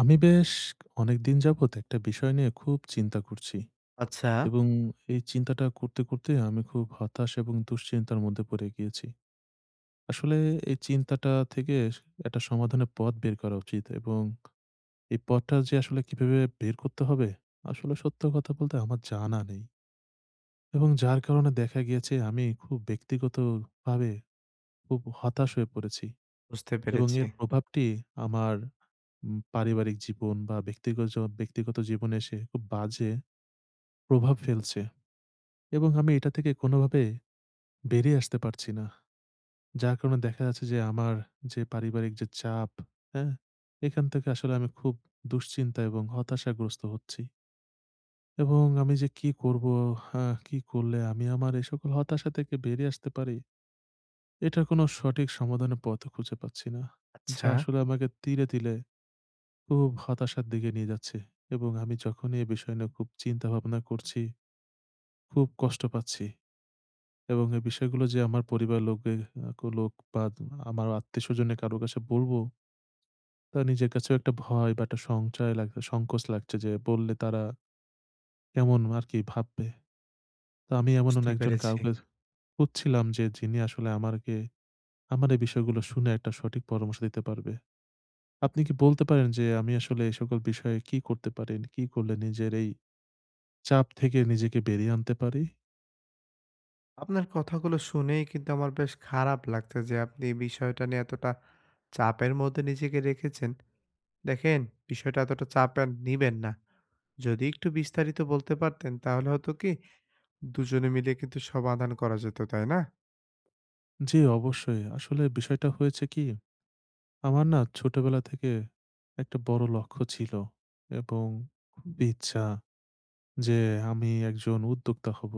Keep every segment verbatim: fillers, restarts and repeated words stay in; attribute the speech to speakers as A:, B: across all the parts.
A: আমি বেশ অনেকদিন যাবত একটা বিষয় নিয়ে খুব চিন্তা করছি
B: আচ্ছা,
A: এবং এই চিন্তাটা করতে, করতে আমি খুব হতাশ এবং দুশ্চিন্তার মধ্যে পড়ে গিয়েছি। আসলে এই চিন্তাটা থেকে একটা সমাধানের পথ বের করা উচিত এবং এই পথটা যে আসলে কিভাবে বের করতে হবে, আসলে সত্য কথা বলতে আমার জানা নেই এবং যার কারণে দেখা গিয়েছে আমি খুব ব্যক্তিগতভাবে খুব হতাশ হয়ে পড়েছি
B: বুঝতে
A: এবং
B: পেরেছি।
A: এর প্রভাবটি আমার উম পারিবারিক জীবন বা ব্যক্তিগজ ব্যক্তিগত জীবনে এসে খুব বাজে প্রভাব ফেলছে এবং আমি এটা থেকে কোনোভাবে বেরিয়ে আসতে পারছি না। যার কারণে দেখা যাচ্ছে যে আমার যে পারিবারিক যে চাপ, হ্যাঁ? এখান থেকে আসলে আমি খুব দুশ্চিন্তা এবং হতাশাগ্রস্ত হচ্ছি এবং আমি যে কি করব? হ্যাঁ, কি করলে আমি আমার এই সকল হতাশা থেকে বেরিয়ে আসতে পারি? এটার কোনো সঠিক সমাধানের পথও খুঁজে পাচ্ছি না। যা
B: আচ্ছা,
A: আসলে আমাকে তিলে, তিলে খুব হতাশার দিকে নিয়ে যাচ্ছে এবং আমি যখনই এই বিষয় নিয়ে খুব চিন্তা ভাবনা করছি, খুব কষ্ট পাচ্ছি। এবং এই বিষয়গুলো যে আমার পরিবার লোকে লোক বা আমার আত্মীয়স্বজনে কারো কাছে বলবো, তা নিজের কাছেও একটা ভয় বা একটা সংশয় লাগ সংকোচ লাগছে যে বললে তারা কেমন আর কি ভাববে। তো আমি এমন
B: বুঝতে
A: একজন
B: পেরেছি।
A: কাউকে খুঁজছিলাম যে যিনি আসলে আমারকে আমার এই বিষয়গুলো শুনে একটা সঠিক পরামর্শ দিতে পারবে। আপনি কি বলতে পারেন যে আমি আসলে এই সকল বিষয়ে কি করতে পারি? কি করলে নিজের এই চাপ থেকে নিজেকে বেরিয়ে আনতে পারি?
B: আপনার কথাগুলো শুনেই কিন্তু আমার বেশ খারাপ লাগছে যে আপনি এই বিষয়টা নিয়ে এতটা চাপের মধ্যে নিজেকে রেখেছেন। দেখেন, বিষয়টা এতটা চাপে আর নিবেন না। যদি একটু বিস্তারিত বলতে পারতেন তাহলে হতো কি দুজনে মিলে কিন্তু সমাধান করা যেত, তাই না?
A: জি, অবশ্যই। আসলে বিষয়টা হয়েছে কি আমার না ছোটবেলা থেকে একটা বড় লক্ষ্য ছিল এবং খুব ইচ্ছা যে আমি একজন উদ্যোক্তা হব।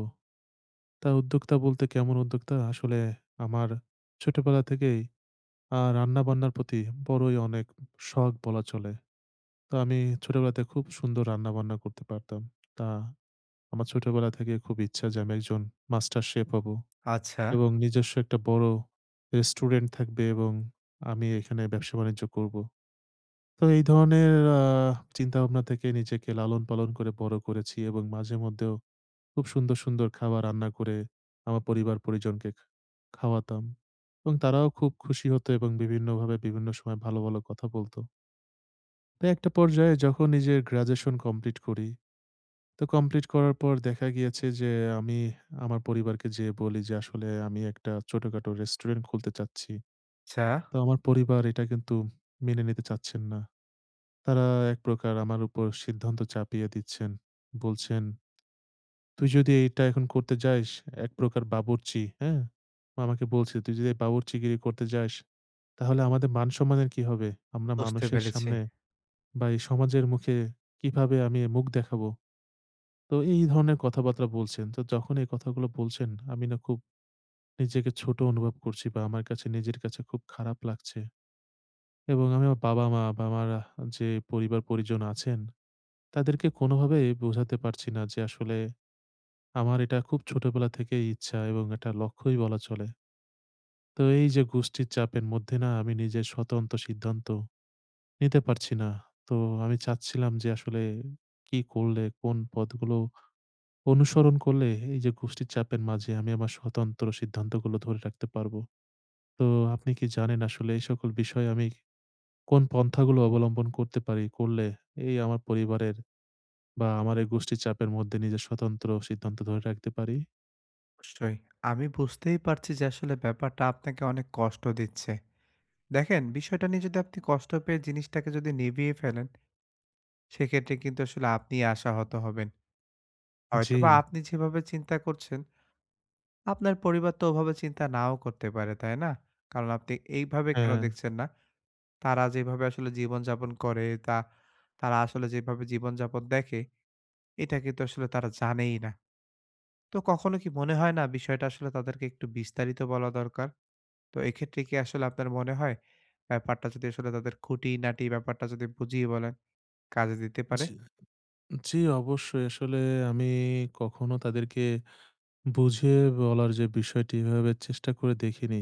A: তা উদ্যোক্তা বলতে কেমন উদ্যোক্তা? আসলে আমার ছোটবেলা থেকেই আ রান্নাবান্নার প্রতি বড়ই অনেক শখ বলা চলে। তো আমি ছোটবেলাতে খুব সুন্দর রান্নাবান্না করতে পারতাম। তা আমার ছোটবেলা থেকে খুব ইচ্ছা যে আমি একজন মাস্টার শেফ হব
B: আচ্ছা,
A: এবং নিজস্ব একটা বড় রেস্টুরেন্ট থাকবে এবং আমি এখানে ব্যবসা-বাণিজ্য করব। তো এই ধরনের আ চিন্তাভাবনা থেকে নিজেকে লালন-পালন করে বড় করেছি এবং মাঝে মধ্যেও খুব সুন্দর, সুন্দর খাবার রান্না করে আমার পরিবার-পরিজনকে খা খাওয়াতাম এবং তারাও খুব খুশি হতো এবং বিভিন্নভাবে বিভিন্ন সময় ভালো, ভালো কথা বলত। তো একটা পর্যায়ে যখন নিজের গ্র্যাজুয়েশন কমপ্লিট করি, তো কমপ্লিট করার পর দেখা গিয়েছে যে আমি আমার পরিবারকে যেয়ে বলি যে, "আসলে আমি একটা ছোটখাটো রেস্টুরেন্ট খুলতে চাচ্ছি।"
B: আচ্ছা,
A: তো আমার পরিবার এটা কিন্তু মেনে নিতে চাচ্ছেন না। তারা এক প্রকার আমার উপর সিদ্ধান্ত চাপিয়ে দিচ্ছেন। বলছেন, "তুই যদি এইটা এখন করতে যাস, এক প্রকার বাবুর্চি, হ্যাঁ?" আমাকে বলছে, "তুই যদি এই বাবুর্চিগিরি করতে যাস, তাহলে আমাদের মান-সম্মানের কি হবে? আমরা
B: বুঝতে
A: মানুষের
B: পেরেছি।
A: সামনে বা এই সমাজের মুখে কিভাবে আমি মুখ দেখাবো?" তো এই ধরনের কথাবার্তা বলছেন। তো যখন এই কথাগুলো বলছেন, আমি না খুব নিজেকে ছোট অনুভব করছি বা আমার কাছে নিজের কাছে খুব খারাপ লাগছে। এবং আমি আমার বাবা-মা বা আমার আহ যে পরিবার-পরিজন আছেন তাদেরকে কোনোভাবে বোঝাতে পারছি না যে আসলে আমার এটা খুব ছোটবেলা থেকেই ইচ্ছা এবং এটা লক্ষ্যই বলা চলে। তো এই যে গোষ্ঠীর চাপের মধ্যে না আমি নিজের স্বতন্ত্র সিদ্ধান্ত নিতে পারছি না। তো আমি চাচ্ছিলাম যে আসলে কি করলে, কোন পথগুলো অনুসরণ করলে এই যে গোষ্ঠীর চাপের মাঝে আমি আমার স্বতন্ত্র সিদ্ধান্তগুলো ধরে রাখতে পারবো? তো আপনি কি জানেন আসলে এই সকল বিষয়ে আমি কোন পন্থাগুলো অবলম্বন করতে পারি? করলে এই আমার পরিবারের বা আমার এই গোষ্ঠীর চাপের মধ্যে নিজের স্বতন্ত্র সিদ্ধান্ত ধরে রাখতে পারি।
B: অবশ্যই। আমি বুঝতেই পারছি যে আসলে ব্যাপারটা আপনাকে অনেক কষ্ট দিচ্ছে। দেখেন, বিষয়টা নিয়ে যদি আপনি কষ্ট পেয়ে জিনিসটাকে যদি নিভিয়ে ফেলেন সেক্ষেত্রে কিন্তু আসলে আপনি আশাহত হবেন।
A: জি,
B: হয়তোবা আপনি যেভাবে চিন্তা করছেন, আপনার পরিবার তো ওভাবে চিন্তা নাও করতে পারে, তাই না? কারণ আপনি এইভাবে কেন
A: হ্যাঁ,
B: দেখছেন না? তারা যেভাবে আসলে জীবনযাপন করে, তা তারা আসলে যেভাবে জীবনযাপন দেখে, এটা কিন্তু আসলে তারা জানেই না। তো কখনো কি মনে হয় না বিষয়টা আসলে তাদেরকে একটু বিস্তারিত বলা দরকার? তো এক্ষেত্রে কি আসলে আপনার মনে হয় ব্যাপারটা যদি আসলে তাদের খুঁটিনাটি ব্যাপারটা যদি বুঝিয়ে বলেন, কাজে দিতে পারে?
A: জি, জি অবশ্যই। আসলে আমি কখনো তাদেরকে বুঝিয়ে বলার যে বিষয়টি এভাবে চেষ্টা করে দেখিনি।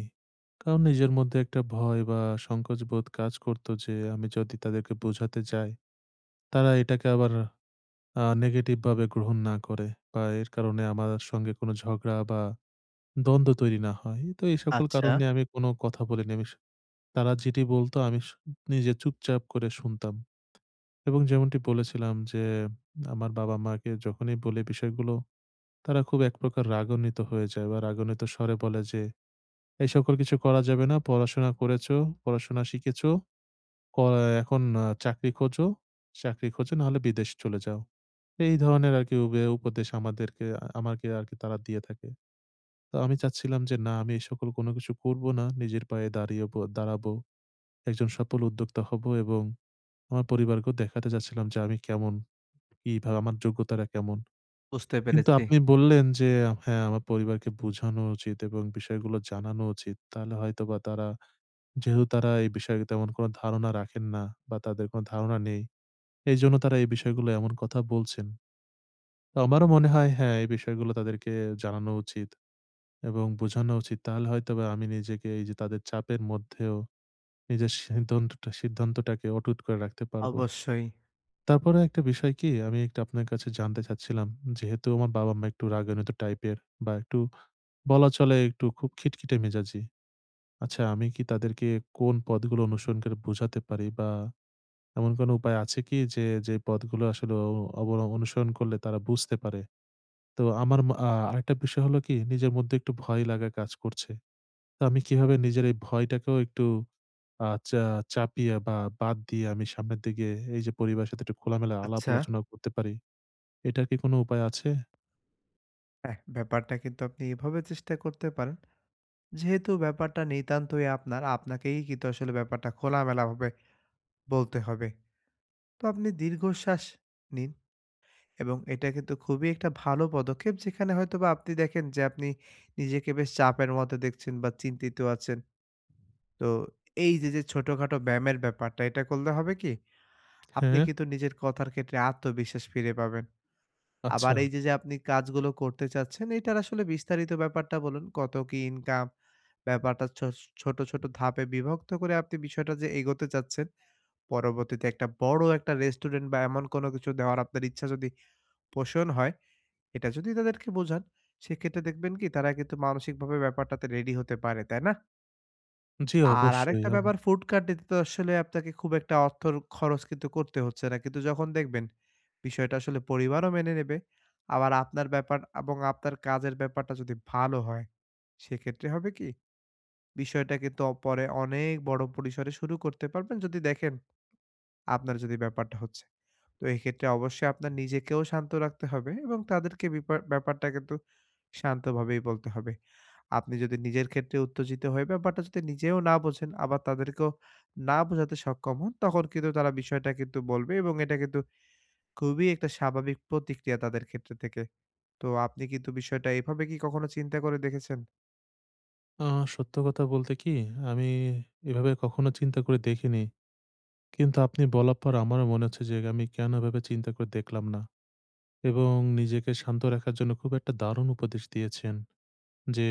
A: কারণ নিজের মধ্যে একটা ভয় বা সংকোচ বোধ কাজ করতো যে আমি যদি তাদেরকে বোঝাতে যাই, তারা এটাকে আবার আ নেগেটিভ ভাবে গ্রহণ না করে বা এর কারণে আমার সঙ্গে কোনো ঝগড়া বা দ্বন্দ্ব তৈরি না হয়। তো এই সকল
B: আচ্ছা।
A: কারণে আমি কোনো কথা বলিনি। আমি তারা যেটি বলতো আমি স নিজে চুপচাপ করে শুনতাম। এবং যেমনটি বলেছিলাম যে, আমার বাবা-মাকে যখনই বলি বিষয়গুলো, তারা খুব একপ্রকার রাগান্বিত হয়ে যায় বা রাগান্বিত স্বরে বলে যে, "এই সকল কিছু করা যাবে না। পড়াশোনা করেছো, পড়াশোনা শিখেছো, ক এখন আ চাকরি খোঁজো, চাকরি খোঁজো নাহলে বিদেশ চলে যাও।" এই ধরনের আরকি উবে উপদেশ আমাদেরকে আ আমাকে আরকি তারা দিয়ে থাকে। তো আমি চাচ্ছিলাম যে না আমি এই সকল কোনো কিছু করব না। নিজের পায়ে দাঁড়িয়ে ব দাঁড়াবো। একজন সফল উদ্যোক্তা হবো এবং আমার পরিবারকেও দেখাতে চাচ্ছিলাম যে আমি কেমন, কিভাবে আমার যোগ্যতাটা কেমন।
B: বুঝতে
A: কিন্তু
B: পেরেছি।
A: আপনি বললেন যে হ্যাঁ, আমার পরিবারকে বোঝানো উচিত এবং বিষয়গুলো জানানো উচিত। তাহলে হয়তোবা তারা যেহেতু তারা এই বিষয়ে তেমন কোনো ধারণা রাখেন না বা তাদের কোনো ধারণা নেই। এইজন্য তারা এই বিষয়গুলো এমন কথা বলছেন। তো আমারও মনে হয় হ্যাঁ, এই বিষয়গুলো তাদেরকে জানানো উচিত এবং বোঝানো উচিত। তাহলে হয়তোবা আমি নিজেকে এই যে তাদের চাপের মধ্যেও নিজের সিদ্ধান্তটা সিদ্ধান্তটাকে অটুট করে রাখতে পারবো।
B: অবশ্যই।
A: তারপরে একটা বিষয় কি আমি একটা আপনার কাছে জানতে চাচ্ছিলাম। যেহেতু আমার বাবা-মা একটু রাগান্বিত টাইপের বা একটু বলা চলে একটু খুব খিটখিটে মেজাজি। আচ্ছা আমি কি তাদেরকে কোন পথগুলো অনুসরণ করে বোঝাতে পারি বা এমন কোনো উপায় আছে কি যে, যে পথগুলো আসলে অ অবল অনুসরণ করলে তারা বুঝতে পারে? তো আমার মা আ আরেকটা বিষয় হলো কি নিজের মধ্যে একটু ভয় লাগা কাজ করছে। তো আমি কিভাবে নিজের এই ভয়টাকেও একটু আ চা চাপিয়ে বা বাদ দিয়ে আমি সামনের দিকে এই যে পরিবারের সাথে একটু খোলামেলা আলাপ
B: আচ্ছা।
A: আলোচনা করতে পারি? এটার কি কোনো উপায় আছে?
B: হ্যাঁ, ব্যাপারটা কিন্তু আপনি এভাবে চেষ্টা করতে পারেন। যেহেতু ব্যাপারটা নিতান্তই আপনার, আপনাকেই কিন্তু আসলে ব্যাপারটা খোলামেলাভাবে বলতে হবে। তো আপনি দীর্ঘশ্বাস নিন এবং এটা কিন্তু খুবই একটা ভালো পদক্ষেপ যেখানে হয়তোবা আপনি দেখেন যে আপনি নিজেকে বেশ চাপের মধ্যে দেখছেন বা চিন্তিত আছেন। তো এই যে, যে ছোটখাটো ব্যায়ামের ব্যাপারটা এটা করলে হবে কি? আপনি
A: হ্যাঁ?
B: কিন্তু নিজের কথার ক্ষেত্রে আত্মবিশ্বাস ফিরে পাবেন। আবার
A: আচ্ছা।
B: এই যে, যে আপনি কাজগুলো করতে চাচ্ছেন, এটার আসলে বিস্তারিত ব্যাপারটা বলুন। কত কি ইনকাম? ব্যাপারটা ছো ছোট, ছোট ধাপে বিভক্ত করে আপনি বিষয়টা যে এগোতে চাচ্ছেন, পরবর্তীতে একটা বড় একটা রেস্টুরেন্ট বা এমন কোনো কিছু দেওয়ার আপনার ইচ্ছা যদি পোষণ হয়, এটা যদি তাদেরকে বোঝান, সেক্ষেত্রে দেখবেন কি তারা কিন্তু মানসিকভাবে ব্যাপারটাতে রেডি হতে পারে, তাই না?
A: জি,
B: আর
A: অবশ্যই।
B: আরেকটা
A: আম
B: ব্যাপার ফুড কার্টে তো আসলে আপনাকে খুব একটা অর্থর খরচ কিন্তু করতে হচ্ছে না। কিন্তু যখন দেখবেন বিষয়টা আসলে পরিবারও মেনে নেবে, আবার আপনার ব্যাপার এবং আপনার কাজের ব্যাপারটা যদি ভালো হয়, সেক্ষেত্রে হবে কি? বিষয়টা কিন্তু অ পরে অনেক বড় পরিসরে শুরু করতে পারবেন যদি দেখেন আপনার যদি ব্যাপারটা হচ্ছে। তো এক্ষেত্রে অবশ্যই আপনার নিজেকেও শান্ত রাখতে হবে এবং তাদেরকে বিপা ব্যাপারটা কিন্তু শান্তভাবেই বলতে হবে। আপনি যদি নিজের ক্ষেত্রে উত্তেজিত হয়ে ব্যাপারটা যদি নিজেও না বোঝেন, আবার তাদেরকেও না বোঝাতে সক্ষম হন, তখন কিন্তু তারা বিষয়টা কিন্তু বলবে এবং এটা কিন্তু খুবই একটা স্বাভাবিক প্রতিক্রিয়া তাদের ক্ষেত্র থেকে। তো আপনি কিন্তু বিষয়টা এভাবে কি কখনো চিন্তা করে দেখেছেন?
A: আ সত্য কথা বলতে কি আমি এভাবে কখনো চিন্তা করে দেখিনি। কিন্তু আপনি বলার পর আমারও মনে হচ্ছে যে আমি কেন এভাবে চিন্তা করে দেখলাম না? এবং নিজেকে শান্ত রাখার জন্য খুব একটা দারুণ উপদেশ দিয়েছেন। যে,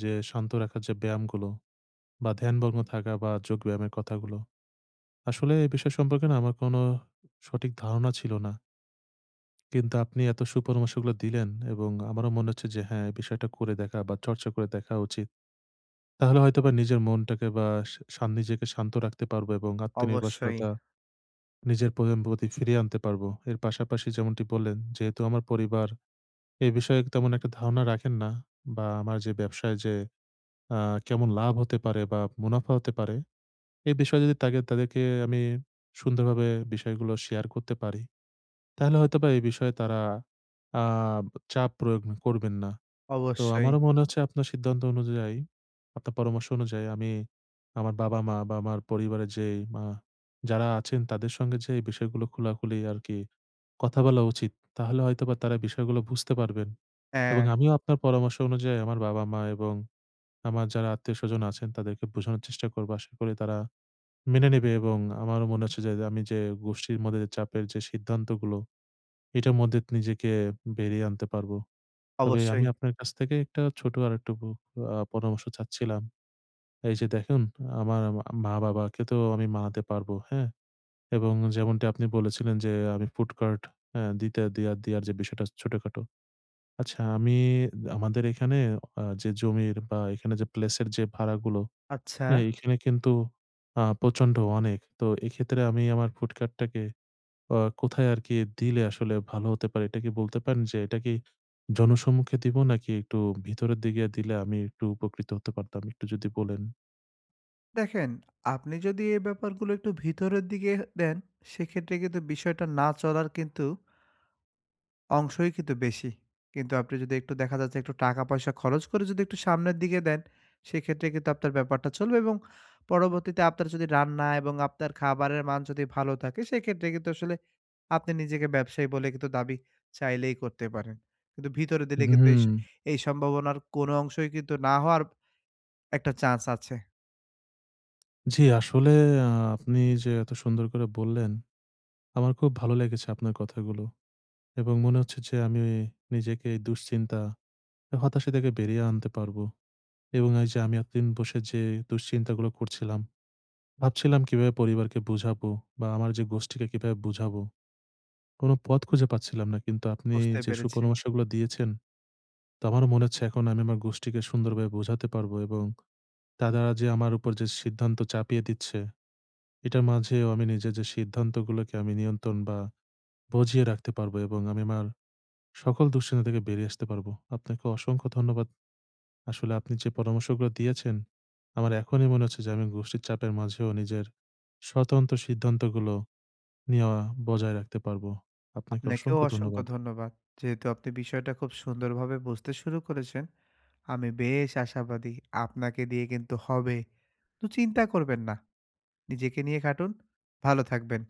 A: যে শান্ত রাখার যে ব্যায়ামগুলো বা ধ্যানমগ্ন থাকা বা যোগব্যায়ামের কথাগুলো। আসলে এই বিষয় সম্পর্কে না আমার কোনো সঠিক ধারণা ছিল না। কিন্তু আপনি এত সুপরামর্শগুলো দিলেন এবং আমারও মনে হচ্ছে যে হ্যাঁ, এই বিষয়টা করে দেখা বা চর্চা করে দেখা উচিত। তাহলে হয়তোবা নিজের মনটাকে বা সা সান নিজেকে শান্ত রাখতে পারবো এবং
B: অবশ্যই,
A: আত্মনির্ভরশীলতা নিজের প্রয়োজন প্রতি ফিরিয়ে আনতে পারবো। এর পাশাপাশি যেমনটি বললেন, যেহেতু আমার পরিবার এই বিষয়ে তেমন একটা ধারণা রাখেন না বা আমার যে ব্যবসায় যে আ কেমন লাভ হতে পারে বা মুনাফা হতে পারে, এই বিষয়ে যদি তাকে তাদেরকে আমি সুন্দরভাবে বিষয়গুলো শেয়ার করতে পারি তাহলে হয়তোবা এই বিষয়ে তারা আ চাপ প্রয়োগ করবেন না। তো
B: অবশ্যই।
A: আমারও মনে হচ্ছে আপনার সিদ্ধান্ত অনুযায়ী, আপনার পরামর্শ অনুযায়ী আমি আমার বাবা-মা বা আমার পরিবারের যে মা যারা আছেন তাদের সঙ্গে যে এই বিষয়গুলো খোলাখুলি আরকি কথা বলা উচিত। তাহলে হয়তোবা তারা বিষয়গুলো বুঝতে পারবেন। এবং
B: হ্যাঁ,
A: আমিও আপনার পরামর্শ অনুযায়ী আমার বাবা-মা এবং আমার যারা আত্মীয়স্বজন আছেন তাদেরকে বোঝানোর চেষ্টা করব। আশা করি তারা মেনে নেবে এবং আমারও মনে হচ্ছে যে আমি যে গোষ্ঠীর মধ্যে যে চাপের যে সিদ্ধান্তগুলো এটার মধ্যে নিজেকে বেরিয়ে আনতে পারবো। তবে
B: অবশ্যই।
A: আমি আপনার কাছ থেকে একটা ছোট আরেকটু ব আ পরামর্শ চাচ্ছিলাম। এই যে দেখুন, আমার মা-বাবাকে তো আমি মানাতে পারবো, হ্যাঁ? এবং যেমনটি আপনি বলেছিলেন যে, আমি ফুড কার্ট হ্যাঁ, দিতে দেয়া দেয়ার যে বিষয়টা ছোটখাটো। আচ্ছা আমি আমাদের এখানে আ যে জমির বা এখানে যে প্লেসের যে ভাড়াগুলো,
B: আচ্ছা।
A: হ্যাঁ, এখানে কিন্তু আ প্রচণ্ড অনেক। তো এক্ষেত্রে আমি আমার ফুড কার্টটাকে আ কোথায় আরকি দিলে আসলে ভালো হতে পারে? এটা কি বলতে পারেন যে এটা কি জনসম্মুখে দিব নাকি একটু ভিতরের দিকে দিলে আমি একটু উপকৃত হতে পারতাম? একটু যদি বলেন।
B: দেখেন, আপনি যদি এই ব্যাপারগুলো একটু ভিতরের দিকে দেন, সেক্ষেত্রে কিন্তু বিষয়টা না চলার কিন্তু অংশই কিন্তু বেশি। কিন্তু আপনি যদি একটু দেখা যাচ্ছে একটু টাকা-পয়সা খরচ করে যদি একটু সামনের দিকে দেন, সেক্ষেত্রে কিন্তু আপনার ব্যাপারটা চলবে এবং পরবর্তীতে আপনার যদি রান্না এবং আপনার খাবারের মান যদি ভালো থাকে, সেক্ষেত্রে কিন্তু আসলে আপনি নিজেকে ব্যবসায়ী বলে কিন্তু দাবি চাইলেই করতে পারেন। কিন্তু ভিতরে দিলে কিন্তু এই স
A: হুম।
B: এই সম্ভাবনার কোনো অংশই কিন্তু না হওয়ার একটা চান্স আছে।
A: জি, আসলে আ আপনি যে এত সুন্দর করে বললেন, আমার খুব ভালো লেগেছে আপনার কথাগুলো। এবং মনে হচ্ছে যে আমি নিজেকে এই দুশ্চিন্তা, এই হতাশা থেকে বেরিয়ে আনতে পারবো। এবং এই যে আমি এতদিন বসে যে দুশ্চিন্তাগুলো করছিলাম, ভাবছিলাম কিভাবে পরিবারকে বুঝাবো বা আমার যে গোষ্ঠীকে কিভাবে বুঝাবো। কোনো পথ খুঁজে পাচ্ছিলাম না। কিন্তু আপনি
B: বুঝতে
A: যে
B: পেরেছি।
A: সুপরামর্শগুলো দিয়েছেন, তো আমারও মনে হচ্ছে এখন আমি আমার গোষ্ঠীকে সুন্দরভাবে বোঝাতে পারবো এবং তারা যে আমার উপর যে সিদ্ধান্ত চাপিয়ে দিচ্ছে, এটার মাঝেও আমি নিজের যে সিদ্ধান্তগুলোকে আমি নিয়ন্ত্রণ বা বজিয়ে রাখতে পারবো এবং আমি আমার সকল দুশ্চিন্তা থেকে বেরিয়ে আসতে পারবো। আপনাকে অসংখ্য ধন্যবাদ। আসলে আপনি যে পরামর্শগুলো দিয়েছেন, আমার এখনই মনে হচ্ছে যে আমি গোষ্ঠীর চাপের মাঝেও নিজের স্বতন্ত্র সিদ্ধান্তগুলো নেওয়া বজায় রাখতে পারবো। আপনাকে
B: আপনাকেও
A: অসংখ্য
B: অসংখ্য
A: ধন্যবাদ।
B: ধন্যবাদ। যেহেতু আপনি বিষয়টা খুব সুন্দরভাবে বুঝতে শুরু করেছেন, আমি বেশ আশাবাদী আপনাকে দিয়ে কিন্তু হবে। তো চিন্তা করবেন না। নিজেকে নিয়ে খাটুন, ভালো থাকবেন।